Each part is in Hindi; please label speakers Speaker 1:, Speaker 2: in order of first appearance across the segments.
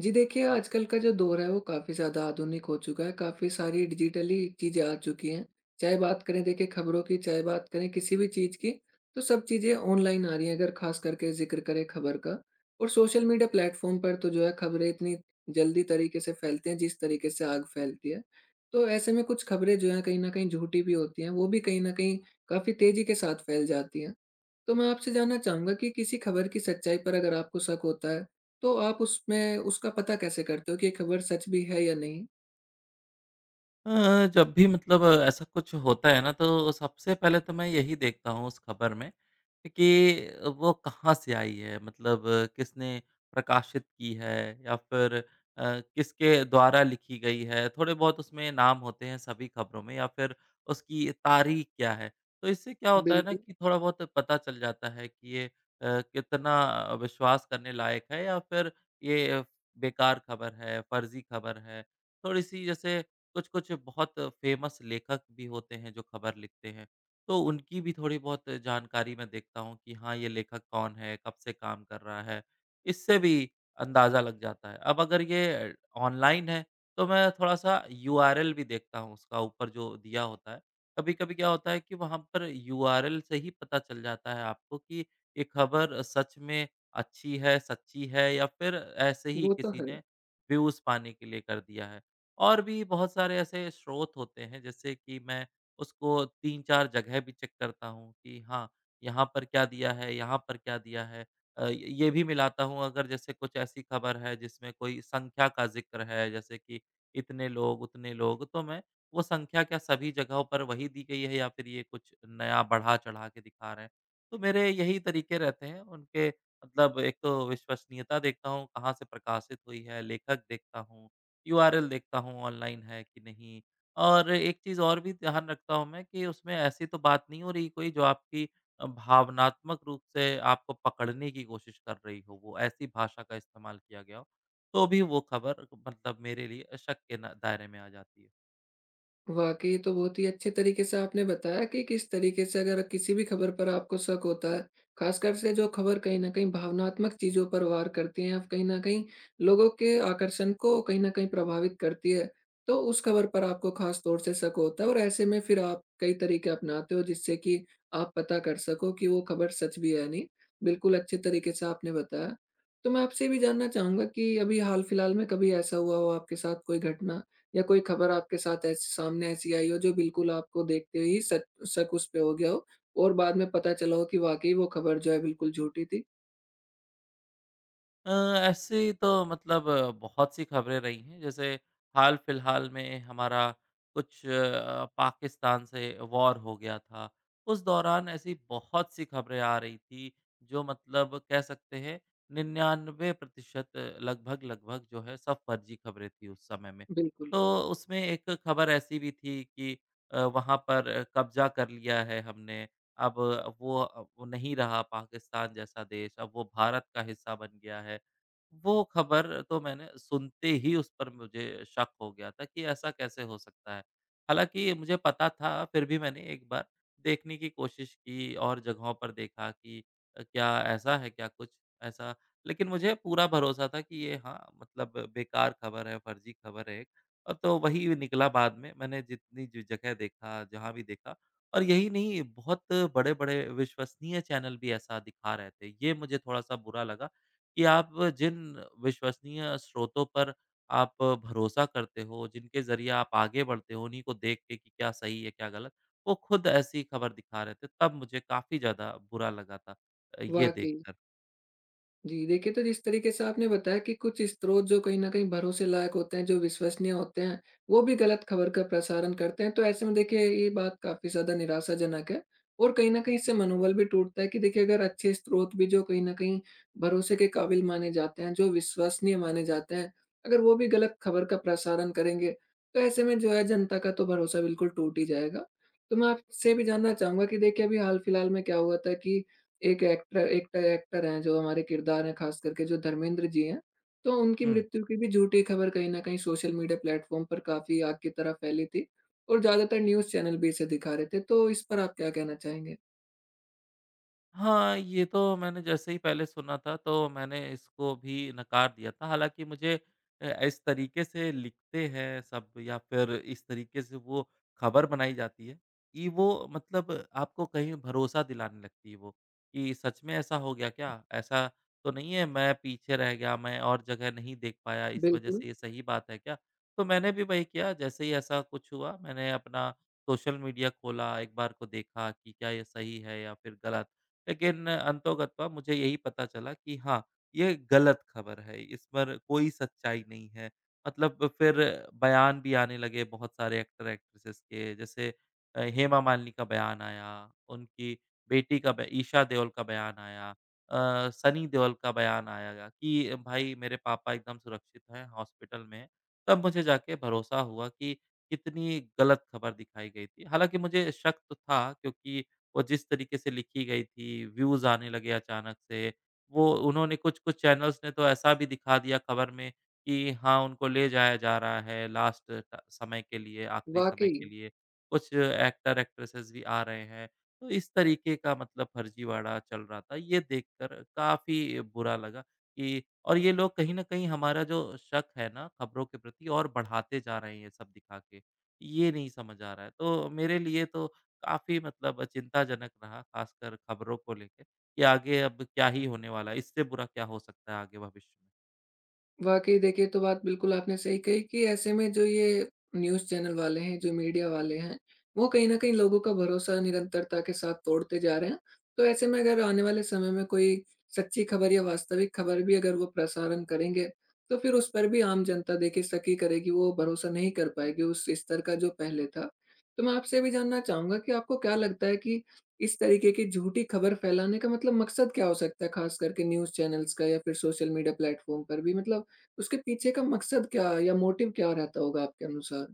Speaker 1: जी देखिए, आजकल का जो दौर है वो काफ़ी ज़्यादा आधुनिक हो चुका है, काफ़ी सारी डिजिटली चीज़ें आ चुकी हैं। चाहे बात करें देखिए खबरों की, चाहे बात करें किसी भी चीज़ की, तो सब चीज़ें ऑनलाइन आ रही हैं अगर ख़ास करके ज़िक्र करें खबर का। और सोशल मीडिया प्लेटफ़ॉर्म पर तो जो है खबरें इतनी जल्दी तरीके से फैलती हैं, जिस तरीके से आग फैलती है। तो ऐसे में कुछ खबरें जो हैं कहीं न कहीं झूठी भी होती हैं, वो भी कहीं न कहीं काफ़ी तेज़ी के साथ फैल जाती हैं। तो मैं आपसे जानना चाहूँगा कि किसी खबर की सच्चाई पर अगर आपको शक होता है, तो आप उसमें उसका पता कैसे करते हो कि ये खबर सच भी है या नहीं?
Speaker 2: जब भी मतलब ऐसा कुछ होता है ना, तो सबसे पहले तो मैं यही देखता हूँ उस खबर में कि वो कहाँ से आई है, मतलब किसने प्रकाशित की है या फिर किसके द्वारा लिखी गई है। थोड़े बहुत उसमें नाम होते हैं सभी खबरों में, या फिर उसकी तारीख क्या है। तो इससे क्या होता है ना
Speaker 1: बिल्कुल,
Speaker 2: कि थोड़ा बहुत पता चल जाता है कि ये कितना विश्वास करने लायक है, या फिर ये बेकार खबर है, फर्जी खबर है। थोड़ी सी जैसे कुछ-कुछ बहुत फ़ेमस लेखक भी होते हैं जो खबर लिखते हैं, तो उनकी भी थोड़ी बहुत जानकारी मैं देखता हूँ कि हाँ, ये लेखक कौन है, कब से काम कर रहा है, इससे भी अंदाज़ा लग जाता है। अब अगर ये ऑनलाइन है, तो मैं थोड़ा-सा यूआरएल भी देखता हूँ, उसका ऊपर जो दिया होता है। कभी-कभी क्या होता है कि वहाँ पर यूआरएल से ही पता चल जाता है आपको कि ये खबर सच में अच्छी है, सच्ची है, या फिर ऐसे ही
Speaker 1: वो तो
Speaker 2: किसी
Speaker 1: है।
Speaker 2: ने व्यूज़ पाने के लिए कर दिया है। और भी बहुत सारे ऐसे स्रोत होते हैं, जैसे कि मैं उसको 3-4 जगह भी चेक करता हूँ कि हाँ, यहाँ पर क्या दिया है, यहाँ पर क्या दिया है। ये भी मिलाता हूँ, अगर जैसे कुछ ऐसी खबर है जिसमें कोई संख्या का ज़िक्र है, जैसे कि इतने लोग, उतने लोग, तो मैं वो संख्या क्या सभी जगहों पर वही दी गई है या फिर ये कुछ नया बढ़ा-चढ़ा के दिखा रहे हैं। तो मेरे यही तरीके रहते हैं उनके, मतलब एक तो विश्वसनीयता देखता हूँ कहाँ से प्रकाशित हुई है, लेखक देखता हूँ, यूआरएल देखता हूँ ऑनलाइन है कि नहीं। और एक चीज़ और भी ध्यान रखता हूँ मैं कि उसमें ऐसी तो बात नहीं हो रही कोई, जो आपकी भावनात्मक रूप से आपको पकड़ने की कोशिश कर रही हो, वो ऐसी भाषा का इस्तेमाल किया गया हो। तो भी वो खबर मतलब मेरे लिए शक के ना दायरे में आ जाती है।
Speaker 1: वाक़ई, तो बहुत ही अच्छे तरीके से आपने बताया कि किस तरीके से अगर किसी भी खबर पर आपको शक होता है, ख़ासकर से जो खबर कहीं न कहीं भावनात्मक चीज़ों पर वार करती हैं, कहीं न कहीं लोगों के आकर्षण को कहीं न कहीं प्रभावित करती है, तो उस खबर पर आपको ख़ास तौर से शक होता है और ऐसे में फिर आप कई तरीके अपनाते हो जिससे कि आप पता कर सको कि वो खबर सच भी है या नहीं। बिल्कुल अच्छे तरीके से आपने बताया। तो मैं आपसे ये भी जानना चाहूँगा कि अभी हाल-फिलहाल में कभी ऐसा हुआ हो आपके साथ कोई घटना? या कोई खबर आपके साथ ऐसी सामने ऐसी आई हो जो बिल्कुल आपको देखते ही शक शक उस पे हो गया हो और बाद में पता चला हो कि वाक़ई वो खबर जो है बिल्कुल झूठी थी?
Speaker 2: अ, ऐसी तो मतलब बहुत सी खबरें रही हैं। जैसे हाल-फिलहाल में हमारा कुछ पाकिस्तान से वॉर हो गया था। उस दौरान ऐसी बहुत सी खबरें आ रही थी, जो मतलब कह सकते हैं 99% लगभग-लगभग जो है सब फर्जी खबरें थी उस समय में।
Speaker 1: बिल्कुल,
Speaker 2: तो उसमें एक खबर ऐसी भी थी कि वहाँ पर कब्ज़ा कर लिया है हमने, अब वो नहीं रहा पाकिस्तान जैसा देश, अब वो भारत का हिस्सा बन गया है। वो खबर तो मैंने सुनते ही उस पर मुझे शक हो गया था कि ऐसा कैसे हो सकता है? हालाँकि मुझे पता था, फिर भी मैंने एक बार देखने की कोशिश की और जगहों पर देखा कि क्या ऐसा है क्या कुछ ऐसा? लेकिन मुझे पूरा भरोसा था कि ये हाँ, मतलब बेकार खबर है, फर्जी खबर है एक। तो वही निकला, बाद में मैंने जितनी ज जगह देखा, जहाँ भी देखा, और यही नहीं, बहुत बड़े-बड़े विश्वसनीय चैनल भी ऐसा दिखा रहे थे। ये मुझे थोड़ा-सा बुरा लगा कि आप जिन विश्वसनीय स्रोतों पर आप भरोसा करते हो, जिनके ज़रिए आप आगे बढ़ते हो, उन्हीं को देख के कि क्या सही है, क्या गलत, वो खुद ऐसी खबर दिखा रहे थे। तब मुझे काफ़ी ज़्यादा बुरा लगा था, ये
Speaker 1: वाक़ई।
Speaker 2: देखकर।
Speaker 1: जी, देखिए तो जिस तरीके से आपने बताया कि कुछ स्रोत जो कहीं न कहीं भरोसे लायक होते हैं, जो विश्वसनीय होते हैं, वो भी गलत खबर का प्रसारण करते हैं। तो ऐसे में देखिए ये बात काफ़ी ज़्यादा निराशाजनक है और कहीं न कहीं इससे मनोबल भी टूटता है कि देखिए अगर अच्छे स्रोत भी जो कहीं न कहीं भरोसे के काबिल माने जाते हैं, जो विश्वसनीय माने जाते हैं, अगर वो भी गलत खबर का प्रसारण करेंगे, तो ऐसे में जो है जनता का तो भरोसा बिल्कुल टूट ही जाएगा। तो मैं आपसे भी जानना चाहूँगा कि देखिए अभी हाल-फिलहाल में क्या हुआ था कि एक एक्टर हैं जो हमारे किरदार हैं खास करके जो धर्मेंद्र जी हैं, तो उनकी
Speaker 2: हुँ।
Speaker 1: मृत्यु की भी झूठी खबर कहीं न कहीं सोशल मीडिया प्लेटफ़ॉर्म पर काफ़ी आग की तरह फैली थी और ज़्यादातर न्यूज़ चैनल भी इसे दिखा रहे थे, तो इस पर आप क्या कहना चाहेंगे?
Speaker 2: हाँ, ये तो मैंने जैसे ही पहले सुना था तो मैंने इसको भी नकार दिया था। हालाँकि मुझे इस तरीके से लिखते हैं सब, या फिर इस तरीके से वो खबर बनाई जाती है कि वो मतलब आपको कहीं भरोसा दिलाने लगती है वो, कि सच में ऐसा हो गया क्या? ऐसा तो नहीं है मैं पीछे रह गया, मैं और जगह नहीं देख पाया, इस वज़ह
Speaker 1: बिल्कुल,
Speaker 2: से ये सही बात है क्या? तो मैंने भी वही किया, जैसे ही ऐसा कुछ हुआ मैंने अपना सोशल मीडिया खोला, एक बार को देखा कि क्या ये सही है या फिर गलत। लेकिन अंतोगत्वा मुझे यही पता चला कि हाँ, ये गलत खबर है, इस पर कोई सच्चाई नहीं है। मतलब फिर बयान भी आने लगे बहुत सारे एक्टर एक्ट्रेसेस के, जैसे हेमा मालिनी का बयान आया, उनकी बेटी का ब ईशा देओल का बयान आया, सनी देओल का बयान आया कि भाई मेरे पापा एकदम सुरक्षित हैं, हॉस्पिटल में हैं। तब मुझे जाके भरोसा हुआ कि कितनी गलत खबर दिखाई गई थी। हालाँकि मुझे शक तो था, क्योंकि वो जिस तरीके से लिखी गई थी, व्यूज़ आने लगे अचानक से, वो उन्होंने कुछ-कुछ चैनल्स ने तो ऐसा भी दिखा दिया खबर में कि हाँ, उनको ले जाया जा रहा है लास्ट ट समय के लिए, आखिरी समय
Speaker 1: वाक़ई।
Speaker 2: के लिए। कुछ एक्टर, एक्ट्रेसेस भी आ रहे हैं। तो इस तरीके का मतलब फर्जीवाड़ा चल रहा था। ये देखकर काफ़ी बुरा लगा कि और ये लोग कहीं न कहीं हमारा जो शक है ना खबरों के प्रति और बढ़ाते जा रहे हैं ये सब दिखा के। ये नहीं समझ आ रहा है। तो मेरे लिए तो काफ़ी मतलब चिंताजनक रहा, ख़ासकर खबरों को लेके कि आगे अब क्या ही होने वाला है, इससे बुरा क्या हो सकता है आगे भविष्य में।
Speaker 1: वाक़ई देखिए, ये तो बात बिल्कुल आपने सही कही कि ऐसे में जो ये न्यूज़ चैनल वाले हैं, जो मीडिया वाले हैं, वो कहीं न कहीं लोगों का भरोसा निरंतरता के साथ तोड़ते जा रहे हैं। तो ऐसे में अगर आने वाले समय में कोई सच्ची खबर या वास्तविक खबर भी अगर वो प्रसारण करेंगे, तो फिर उस पर भी आम जनता देखिए शक ही करेगी, वो भरोसा नहीं कर पाएगी उस स्तर का जो पहले था। तो मैं आपसे ये भी जानना चाहूँगा कि आपको क्या लगता है कि इस तरीके की झूठी खबर फैलाने का मतलब मकसद क्या हो सकता है, ख़ास करके न्यूज़ चैनल्स का या फिर सोशल मीडिया प्लेटफ़ॉर्म पर भी? मतलब उसके पीछे का मकसद क्या या मोटिव क्या रहता होगा आपके अनुसार?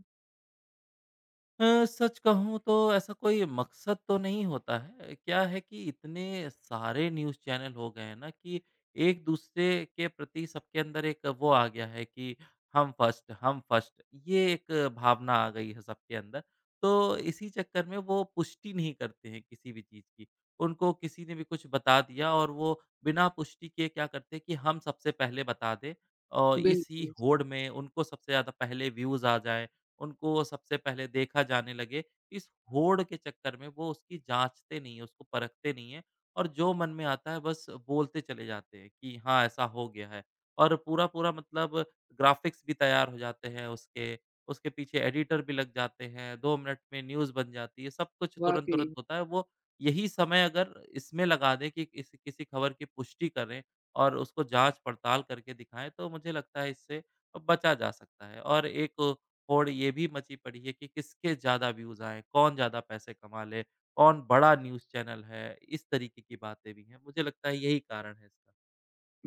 Speaker 2: सच कहूँ तो ऐसा कोई मकसद तो नहीं होता है। क्या है कि इतने सारे न्यूज़ चैनल हो गए हैं ना कि एक दूसरे के प्रति सबके अंदर एक वो आ गया है कि हम फर्स्ट हम फर्स्ट, ये एक भावना आ गई है सबके अंदर। तो इसी चक्कर में वो पुष्टि नहीं करते हैं किसी भी चीज़ की। उनको किसी ने भी कुछ बता दिया और वो बिना पुष्टि किए क्या करते हैं कि हम सबसे पहले बता दें, और इसी
Speaker 1: बिल्कुल,
Speaker 2: होड़ में उनको सबसे ज़्यादा पहले व्यूज़ आ जाएँ, उनको सबसे पहले देखा जाने लगे। इस होड़ के चक्कर में वो उसकी जाँचते नहीं हैं, उसको परखते नहीं हैं, और जो मन में आता है बस बोलते चले जाते हैं कि हाँ, ऐसा हो गया है। और पूरा-पूरा मतलब ग्राफ़िक्स भी तैयार हो जाते हैं उसके, उसके पीछे एडिटर भी लग जाते हैं, 2 मिनट में न्यूज़ बन जाती है, सब कुछ
Speaker 1: वाक़ई।
Speaker 2: तुरंत-तुरंत होता है। वो यही समय अगर इसमें लगा दें कि किसी किसी खबर की पुष्टि करें और उसको जाँच-पड़ताल करके दिखाएँ, तो मुझे लगता है इससे बचा जा सकता है। और एक और ये भी मची पड़ी है कि किसके ज़्यादा व्यूज़ आएँ, कौन ज़्यादा पैसे कमा ले, कौन बड़ा न्यूज़ चैनल है, इस तरीके की बातें भी हैं। मुझे लगता है यही कारण है इसका।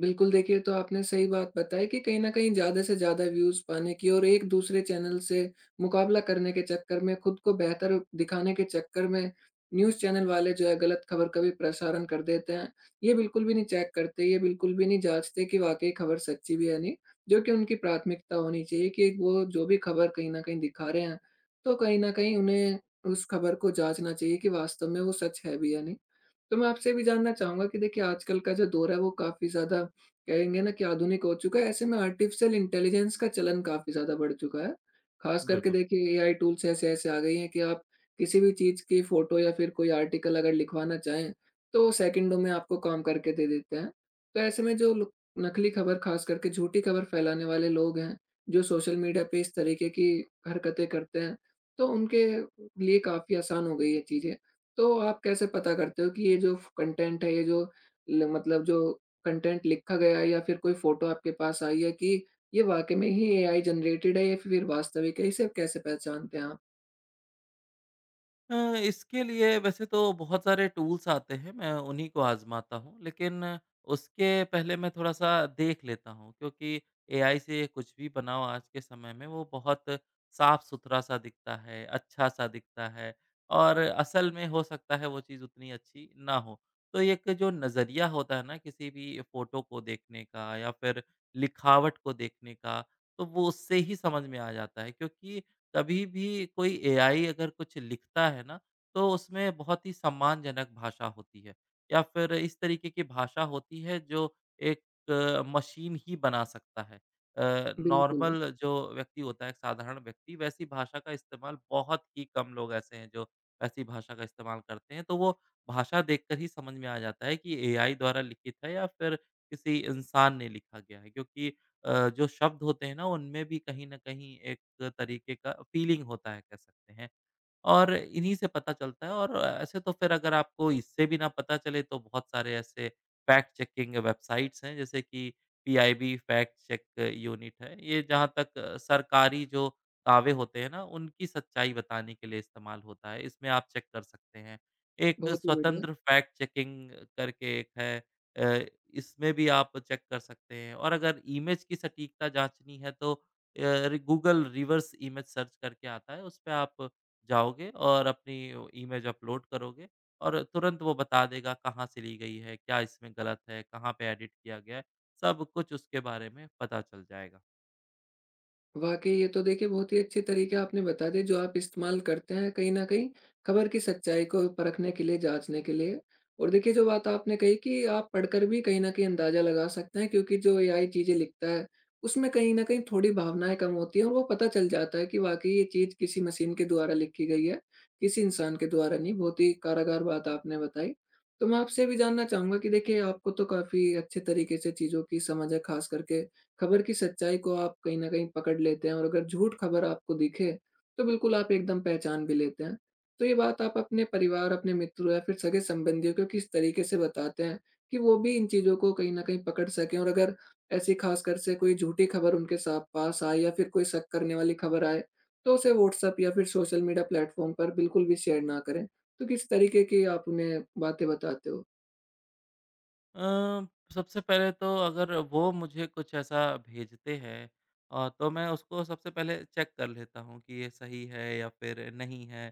Speaker 1: बिल्कुल, देखिए तो आपने सही बात बताई कि कहीं न कहीं ज़्यादा से ज़्यादा व्यूज़ पाने की और एक दूसरे चैनल से मुकाबला करने के चक्कर में, खुद को बेहतर दिखाने के चक्कर में न्यूज़ चैनल वाले जो है गलत खबर का भी प्रसारण कर देते हैं। ये बिल्कुल भी नहीं चेक करते, ये बिल्कुल भी नहीं जाँचते कि वाक़ई खबर सच्ची भी है नहीं, जो कि उनकी प्राथमिकता होनी चाहिए कि वो जो भी खबर कहीं न कहीं दिखा रहे हैं, तो कहीं न कहीं उन्हें उस खबर को जाँचना चाहिए कि वास्तव में वो सच है भी या नहीं। तो मैं आपसे ये भी जानना चाहूँगा कि देखिए आजकल का जो दौर है वो काफ़ी ज़्यादा कहेंगे ना कि आधुनिक हो चुका है। ऐसे में आर्टिफ़िशियल इंटेलिजेंस का चलन काफ़ी ज़्यादा बढ़ चुका है। ख़ास करके
Speaker 2: बिल्कुल।
Speaker 1: देखिए एआई टूल्स ऐसे-ऐसे आ गई हैं कि आप किसी भी चीज़ की फ़ोटो या फिर कोई आर्टिकल अगर लिखवाना चाहें तो वो सेकंडों में आपको काम करके दे देते हैं। तो ऐसे में जो लो नकली ख़बर ख़ास करके झूठी ख़बर फैलाने वाले लोग हैं, जो सोशल मीडिया पे इस तरीके की हरकतें करते हैं, तो उनके लिए काफ़ी आसान हो गई है चीज़ें। तो आप कैसे पता करते हो कि ये जो फ कंटेंट है, ये जो ल मतलब जो कंटेंट लिखा गया है या फिर कोई फ़ोटो आपके पास आई है कि ये वाक़ई में ही एआई जनरेटेड है या फिर वास्तविक है? इसे कैसे पहचानते हैं आप?
Speaker 2: अ, इसके लिए वैसे तो बहुत सारे टूल्स आते हैं, मैं उन्हीं को आज़माता हूँ। लेकिन उसके पहले मैं थोड़ा-सा देख लेता हूँ, क्योंकि एआई से कुछ भी बनाओ आज के समय में वो बहुत साफ-सुथरा-सा दिखता है, अच्छा-सा दिखता है, और असल में हो सकता है वो चीज़ उतनी अच्छी ना हो। तो एक जो नज़रिया होता है ना किसी भी फ़ोटो को देखने का या फिर लिखावट को देखने का, तो वो उससे ही समझ में आ जाता है, क्योंकि कभी भी कोई एआई अगर कुछ लिखता है ना, तो उसमें बहुत ही सम्मानजनक भाषा होती है, या फिर इस तरीके की भाषा होती है जो एक मशीन ही बना सकता है।
Speaker 1: बिल्कुल,
Speaker 2: नॉर्मल जो व्यक्ति होता है, एक साधारण व्यक्ति, वैसी भाषा का इस्तेमाल बहुत ही कम लोग ऐसे हैं जो वैसी भाषा का इस्तेमाल करते हैं। तो वो भाषा देखकर ही समझ में आ जाता है कि एआई द्वारा लिखित है या फिर किसी इंसान ने लिखा गया है, क्योंकि जो शब्द होते हैं ना उनमें भी कहीं न कहीं एक तरीके का फीलिंग होता है, कह सकते हैं। और इन्हीं से पता चलता है, और ऐसे तो फिर अगर आपको इससे भी ना पता चले तो बहुत सारे ऐसे फैक्ट चेकिंग वेबसाइट्स हैं, जैसे कि पीआईबी फैक्ट चेक यूनिट है। ये जहाँ तक सरकारी जो दावे होते हैं ना उनकी सच्चाई बताने के लिए इस्तेमाल होता है। इसमें आप चेक कर सकते हैं। एक
Speaker 1: बहुत ही बढ़िया।
Speaker 2: स्वतंत्र फैक्ट चेकिंग करके एक है, अ, इसमें भी आप चेक कर सकते हैं। और अगर इमेज की सटीकता जाँचनी है तो गूगल रिवर्स इमेज सर्च करके आता है। उसपे आप जाओगे और अपनी वो इमेज अपलोड करोगे, और तुरंत वो बता देगा कहाँ से ली गई है, क्या इसमें गलत है, कहाँ पे एडिट किया गया है, सब कुछ उसके बारे में पता चल जाएगा।
Speaker 1: वाकई ये तो देखिए बहुत ही अच्छे तरीके आपने बता दिए जो आप इस्तेमाल करते हैं कहीं न कहीं खबर की सच्चाई को परखने के लिए, जाँचने के लिए। और देखिए जो बात आपने कही कि आप पढ़कर भी कहीं न कहीं अंदाज़ा लगा सकते हैं क्योंकि जो एआई चीज़ें लिखता है, उसमें कहीं न कहीं थोड़ी भावनाएँ कम होती हैं और वो पता चल जाता है कि वाक़ई ये चीज़ किसी मशीन के द्वारा लिखी गई है, किसी इंसान के द्वारा नहीं। बहुत ही कारागार बात आपने बताई। तो मैं आपसे ये भी जानना चाहूँगा कि देखिए आपको तो काफ़ी अच्छे तरीके से चीज़ों की समझ है, ख़ास करके खबर की सच्चाई को आप कहीं न कहीं पकड़ लेते हैं और अगर झूठ खबर आपको दिखे, तो बिल्कुल आप एकदम पहचान भी लेते हैं। तो ये बात आप अपने परिवार, अपने मित्रों या फिर सगे-संबंधियों को किस तरीके से बताते हैं कि वो भी इन चीज़ों को कहीं न कहीं पकड़ सकें? और अगर ऐसी ख़ासकर से कोई झूठी खबर उनके सा पास आए या फिर कोई शक करने वाली खबर आए, तो उसे व्हाट्सएप या फिर सोशल मीडिया प्लेटफ़ॉर्म पर बिल्कुल भी शेयर ना करें। तो किस तरीके की आप उन्हें बातें बताते हो?
Speaker 2: अ, सबसे पहले तो अगर वो मुझे कुछ ऐसा भेजते हैं, तो मैं उसको सबसे पहले चेक कर लेता हूँ कि ये सही है या फिर नहीं है।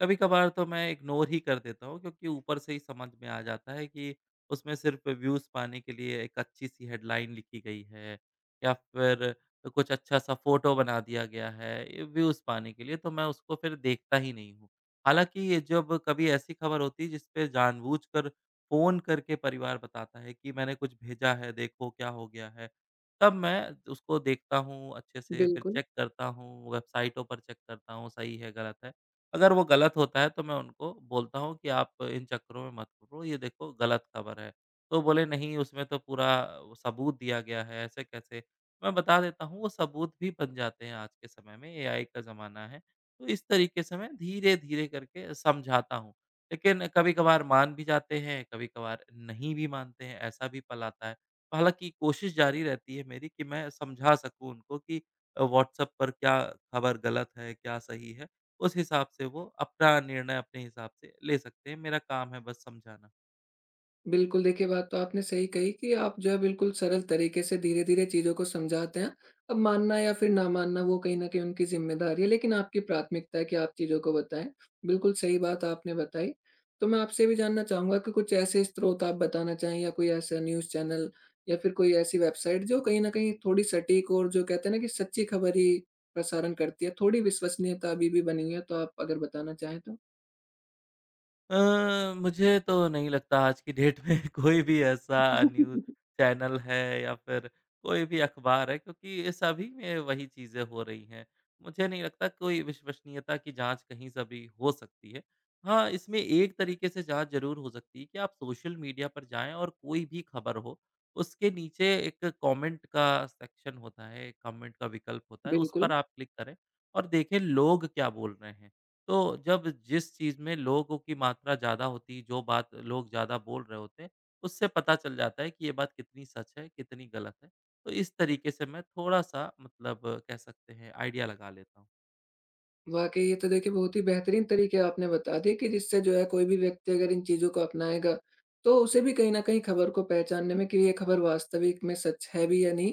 Speaker 2: कभी-कभार तो मैं इग्नोर ही कर देता हूँ, क्योंकि ऊपर से ही समझ में आ जाता है कि उसमें सिर्फ़ व्यूज़ पाने के लिए एक अच्छी-सी हेडलाइन लिखी गई है, या फिर कुछ अच्छा-सा फ़ोटो बना दिया गया है व्यूज़ पाने के लिए, तो मैं उसको फिर देखता ही नहीं हूँ। हालाँकि ये जब कभी ऐसी खबर होती है जिस पे जानबूझकर फ़ोन करके परिवार बताता है कि मैंने कुछ भेजा है, देखो क्या हो गया है। तब मैं उसको देखता हूँ अच्छे से, फिर
Speaker 1: बिल्कुल।
Speaker 2: चेक करता हूँ, वेबसाइटों पर चेक करता हूँ सही है, गलत है। अगर वो गलत होता है तो मैं उनको बोलता हूँ कि आप इन चक्करों में मत पड़ो, ये देखो गलत खबर है। तो बोले नहीं उसमें तो पूरा वो सबूत दिया गया है, ऐसे कैसे? मैं बता देता हूँ वो सबूत भी बन जाते हैं आज के समय में, एआई का ज़माना है। तो इस तरीके से मैं धीरे-धीरे करके समझाता हूँ। लेकिन कभी-कभार मान भी जाते हैं, कभी-कभार नहीं भी मानते हैं, ऐसा भी पल आता है। हालाँकि कोशिश जारी रहती है मेरी कि मैं समझा सकूँ उनको कि व्हाट्सएप पर क्या खबर गलत है, क्या सही है। उस हिसाब से वो अपना निर्णय अपने हिसाब से ले सकते हैं। मेरा काम है बस समझाना।
Speaker 1: बिल्कुल, देखिए बात तो आपने सही कही कि आप जो है बिल्कुल सरल तरीके से धीरे-धीरे चीज़ों को समझाते हैं। अब मानना या फिर ना मानना वो कहीं न कहीं उनकी ज़िम्मेदारी है, लेकिन आपकी प्राथमिकता है कि आप चीज़ों को बताएँ। बिल्कुल सही बात आपने बताई। तो मैं आपसे भी जानना चाहूँगा कि कुछ ऐसे स्रोत आप बताना चाहें या कोई ऐसा न्यूज़ चैनल या फिर कोई ऐसी वेबसाइट जो कहीं न कहीं थोड़ी सटीक और जो कहते हैं ना कि सच्ची खबर ही प्रसारण करती है, थोड़ी विश्वसनीयता अभी भी बनी हुई है, तो आप अगर बताना चाहें तो?
Speaker 2: मुझे तो नहीं लगता आज की डेट में कोई भी ऐसा न्यूज़ चैनल है या फिर कोई भी अखबार है, क्योंकि ये सभी में वही चीज़ें हो रही हैं। मुझे नहीं लगता कोई विश्वसनीयता की जाँच कहीं से भी हो सकती है। हाँ, इसमें एक तरीके से जाँच ज़रूर हो सकती है कि आप सोशल मीडिया पर जाएँ, और कोई भी खबर हो, उसके नीचे एक कमेंट का सेक्शन होता है, कमेंट का विकल्प होता है, उस
Speaker 1: बिल्कुल।
Speaker 2: पर आप क्लिक करें और देखें लोग क्या बोल रहे हैं। तो जब जिस चीज़ में लोगों की मात्रा ज़्यादा होती, जो बात लोग ज़्यादा बोल रहे होते हैं, उससे पता चल जाता है कि ये बात कितनी सच है, कितनी गलत है। तो इस तरीके से मैं थोड़ा-सा मतलब कह सकते हैं आइडिया लगा लेता हूँ।
Speaker 1: वाक़ई ये तो देखिए बहुत ही बेहतरीन तरीके आपने बता दिए कि जिससे जो है कोई भी व्यक्ति अगर इन चीज़ों को अपनाएगा, तो उसे भी कहीं न कहीं खबर को पहचानने में कि ये खबर वास्तविक में सच है भी या नहीं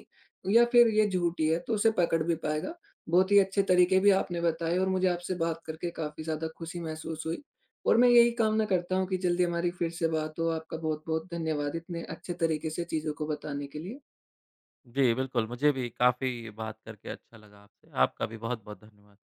Speaker 1: या फिर ये झूठी है, तो उसे पकड़ भी पाएगा। बहुत ही अच्छे तरीके भी आपने बताए और मुझे आपसे बात करके काफ़ी ज़्यादा खुशी महसूस हुई और मैं यही कामना करता हूँ कि जल्दी हमारी फिर से बात हो। आपका बहुत-बहुत धन्यवाद इतने अच्छे तरीके से चीज़ों को बताने के लिए।
Speaker 2: जी, बिल्कुल, मुझे भी काफ़ी बात करके अच्छा लगा आपसे। आपका भी बहुत-बहुत धन्यवाद।